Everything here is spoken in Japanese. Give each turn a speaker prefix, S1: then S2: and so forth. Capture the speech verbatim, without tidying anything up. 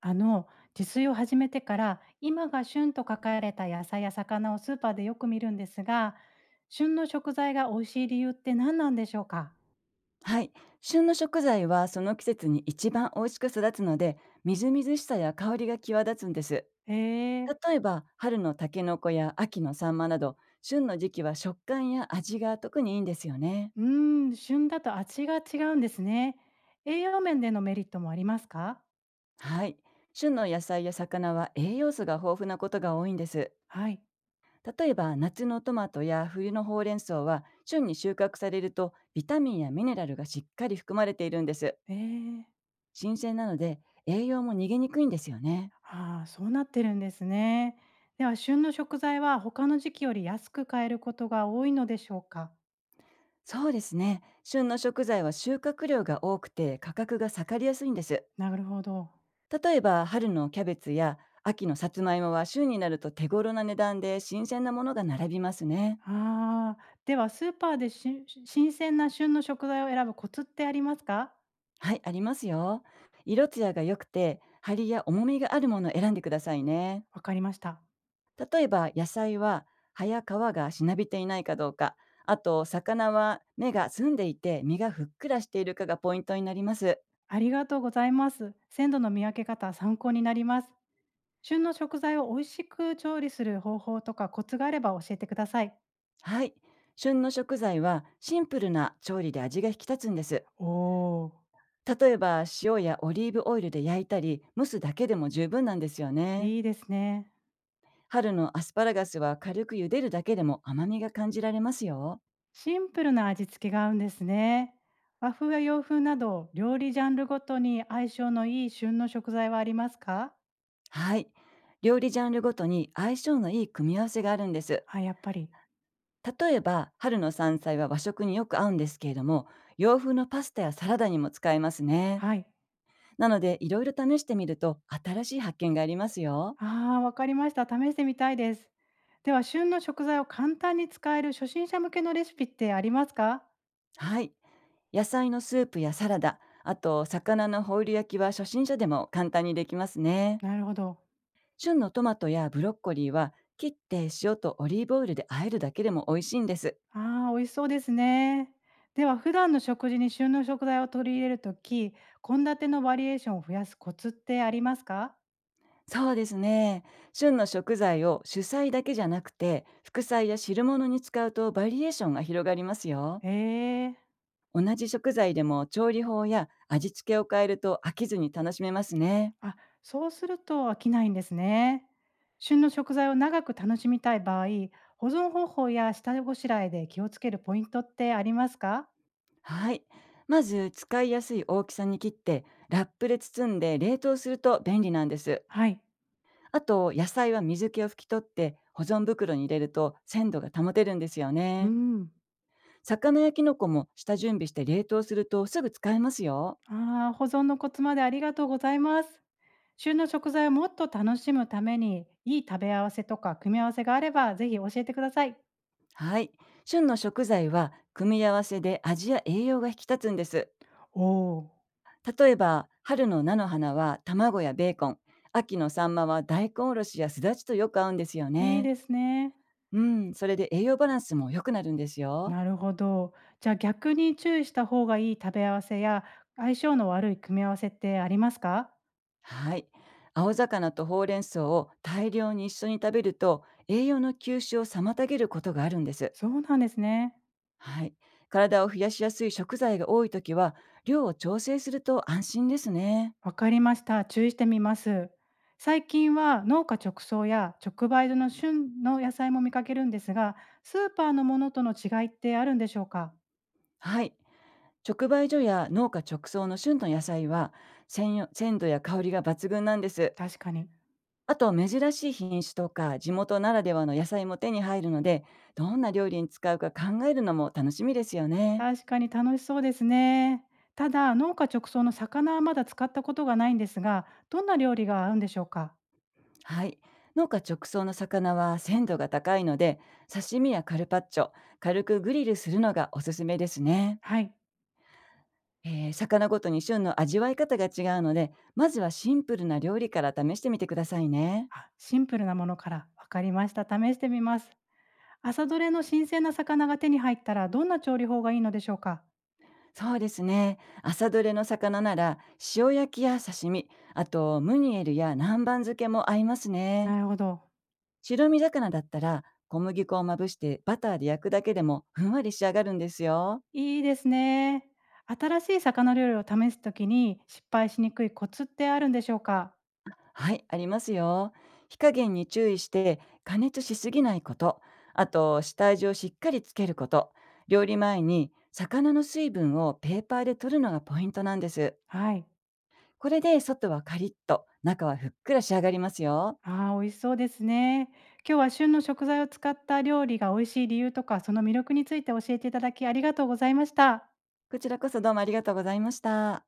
S1: あの自炊を始めてから今が旬と書かれた野菜や魚をスーパーでよく見るんですが、旬の食材が美味しい理由って何なんでしょうか。
S2: はい。旬の食材はその季節に一番美味しく育つので、みずみずしさや香りが際立つんです。
S1: へえ。
S2: 例えば、春のタケノコや秋のサンマなど、旬の時期は食感や味が特にいいんですよね。
S1: うーん、旬だと味が違うんですね。栄養面でのメリットもありますか。
S2: はい。旬の野菜や魚は栄養素が豊富なことが多いんです。
S1: はい。
S2: 例えば、夏のトマトや冬のほうれん草は、旬に収穫されると、ビタミンやミネラルがしっかり含まれているんです。
S1: ええ。
S2: 新鮮なので、栄養も逃げにくいんですよね。
S1: ああ、そうなってるんですね。では、旬の食材は他の時期より安く買えることが多いのでしょうか。
S2: そうですね。旬の食材は収穫量が多くて、価格が下がりやすいんです。
S1: なるほど。
S2: 例えば、春のキャベツや秋のさつまいもは、旬になると手頃な値段で新鮮なものが並びますね。
S1: ああ、では、スーパーでしし新鮮な旬の食材を選ぶコツってありますか？
S2: はい、ありますよ。色艶が良くて、張りや重みがあるものを選んでくださいね。
S1: わかりました。
S2: 例えば、野菜は葉や皮がしなびていないかどうか、あと魚は目が澄んでいて身がふっくらしているかがポイントになります。
S1: ありがとうございます。鮮度の見分け方、参考になります。旬の食材を美味しく調理する方法とかコツがあれば教えてください。
S2: はい。旬の食材はシンプルな調理で味が引き立つんです。
S1: おお、
S2: 例えば、塩やオリーブオイルで焼いたり蒸すだけでも十分なんですよね。
S1: いいですね。
S2: 春のアスパラガスは、軽く茹でるだけでも甘みが感じられますよ。
S1: シンプルな味付けが合うんですね。和風や洋風など料理ジャンルごとに相性のいい旬の食材はありますか？
S2: はい。料理ジャンルごとに相性のいい組み合わせがあるんです。
S1: あ、やっぱり。
S2: 例えば、春の山菜は和食によく合うんですけれども、洋風のパスタやサラダにも使えますね。
S1: はい。
S2: なので、いろいろ試してみると新しい発見がありますよ。
S1: ああ、わかりました。試してみたいです。では、旬の食材を簡単に使える初心者向けのレシピってありますか。
S2: はい。野菜のスープやサラダ、あと魚のホイル焼きは初心者でも簡単にできますね。
S1: なるほど。
S2: 旬のトマトやブロッコリーは、切って塩とオリーブオイルで和えるだけでも美味しいんです。
S1: ああ、美味しそうですね。では、普段の食事に旬の食材を取り入れるとき、献立のバリエーションを増やすコツってありますか。
S2: そうですね。旬の食材を主菜だけじゃなくて、副菜や汁物に使うとバリエーションが広がりますよ。
S1: ええ。
S2: 同じ食材でも調理法や味付けを変えると、飽きずに楽しめますね。
S1: あ、そうすると飽きないんですね。旬の食材を長く楽しみたい場合、保存方法や下ごしらえで気をつけるポイントってありますか。
S2: はい。まず使いやすい大きさに切って、ラップで包んで冷凍すると便利なんです。
S1: はい。
S2: あと野菜は水気を拭き取って保存袋に入れると、鮮度が保てるんですよ
S1: う
S2: ね。
S1: ん。
S2: 魚やキノコも下準備して冷凍すると、すぐ使えますよ。
S1: ああ、保存のコツまでありがとうございます。旬の食材をもっと楽しむために、いい食べ合わせとか組み合わせがあれば、ぜひ教えてください。
S2: はい。旬の食材は組み合わせで味や栄養が引き立つんです。
S1: おお、
S2: 例えば、春の菜の花は卵やベーコン、秋のサンマは大根おろしやすだちとよく合うんですよ
S1: いい
S2: ね。
S1: ですね。
S2: うん、それで栄養バランスも良くなるんですよ。
S1: なるほど。じゃあ逆に注意した方がいい食べ合わせや、相性の悪い組み合わせってありますか？
S2: はい。青魚とほうれん草を大量に一緒に食べると、栄養の吸収を妨げることがあるんです。
S1: そうなんですね。
S2: はい。体を増やしやすい食材が多いときは、量を調整すると安心ですね。
S1: わかりました。注意してみます。最近は農家直送や直売所の旬の野菜も見かけるんですが、スーパーのものとの違いってあるんでしょうか？
S2: はい。直売所や農家直送の旬の野菜は、鮮よ鮮度や香りが抜群なんです。
S1: 確かに。
S2: あと珍しい品種とか地元ならではの野菜も手に入るので、どんな料理に使うか考えるのも楽しみですよね。
S1: 確かに楽しそうですね。ただ、農家直送の魚はまだ使ったことがないんですが、どんな料理が合うんでしょうか。
S2: はい。農家直送の魚は鮮度が高いので、刺身やカルパッチョ、軽くグリルするのがおすすめですね。
S1: はい。
S2: えー魚ごとに旬の味わい方が違うので、まずはシンプルな料理から試してみてくださいね。
S1: あ、シンプルなものから。わかりました。試してみます。朝どれの新鮮な魚が手に入ったら、どんな調理法がいいのでしょうか。
S2: そうですね。朝どれの魚なら、塩焼きや刺身、あとムニエルや南蛮漬けも合いますね。
S1: なるほど。
S2: 白身魚だったら、小麦粉をまぶしてバターで焼くだけでもふんわり仕上がるんですよ。
S1: いいですね。新しい魚料理を試すときに失敗しにくいコツってあるんでしょうか。
S2: はい、ありますよ。火加減に注意して加熱しすぎないこと、あと下味をしっかりつけること、料理前に魚の水分をペーパーで取るのがポイントなんです。
S1: はい。
S2: これで外はカリッと、中はふっくら仕上がりますよ。
S1: ああ、美味しそうですね。今日は旬の食材を使った料理が美味しい理由とか、その魅力について教えていただきありがとうございました。
S2: こちらこそどうもありがとうございました。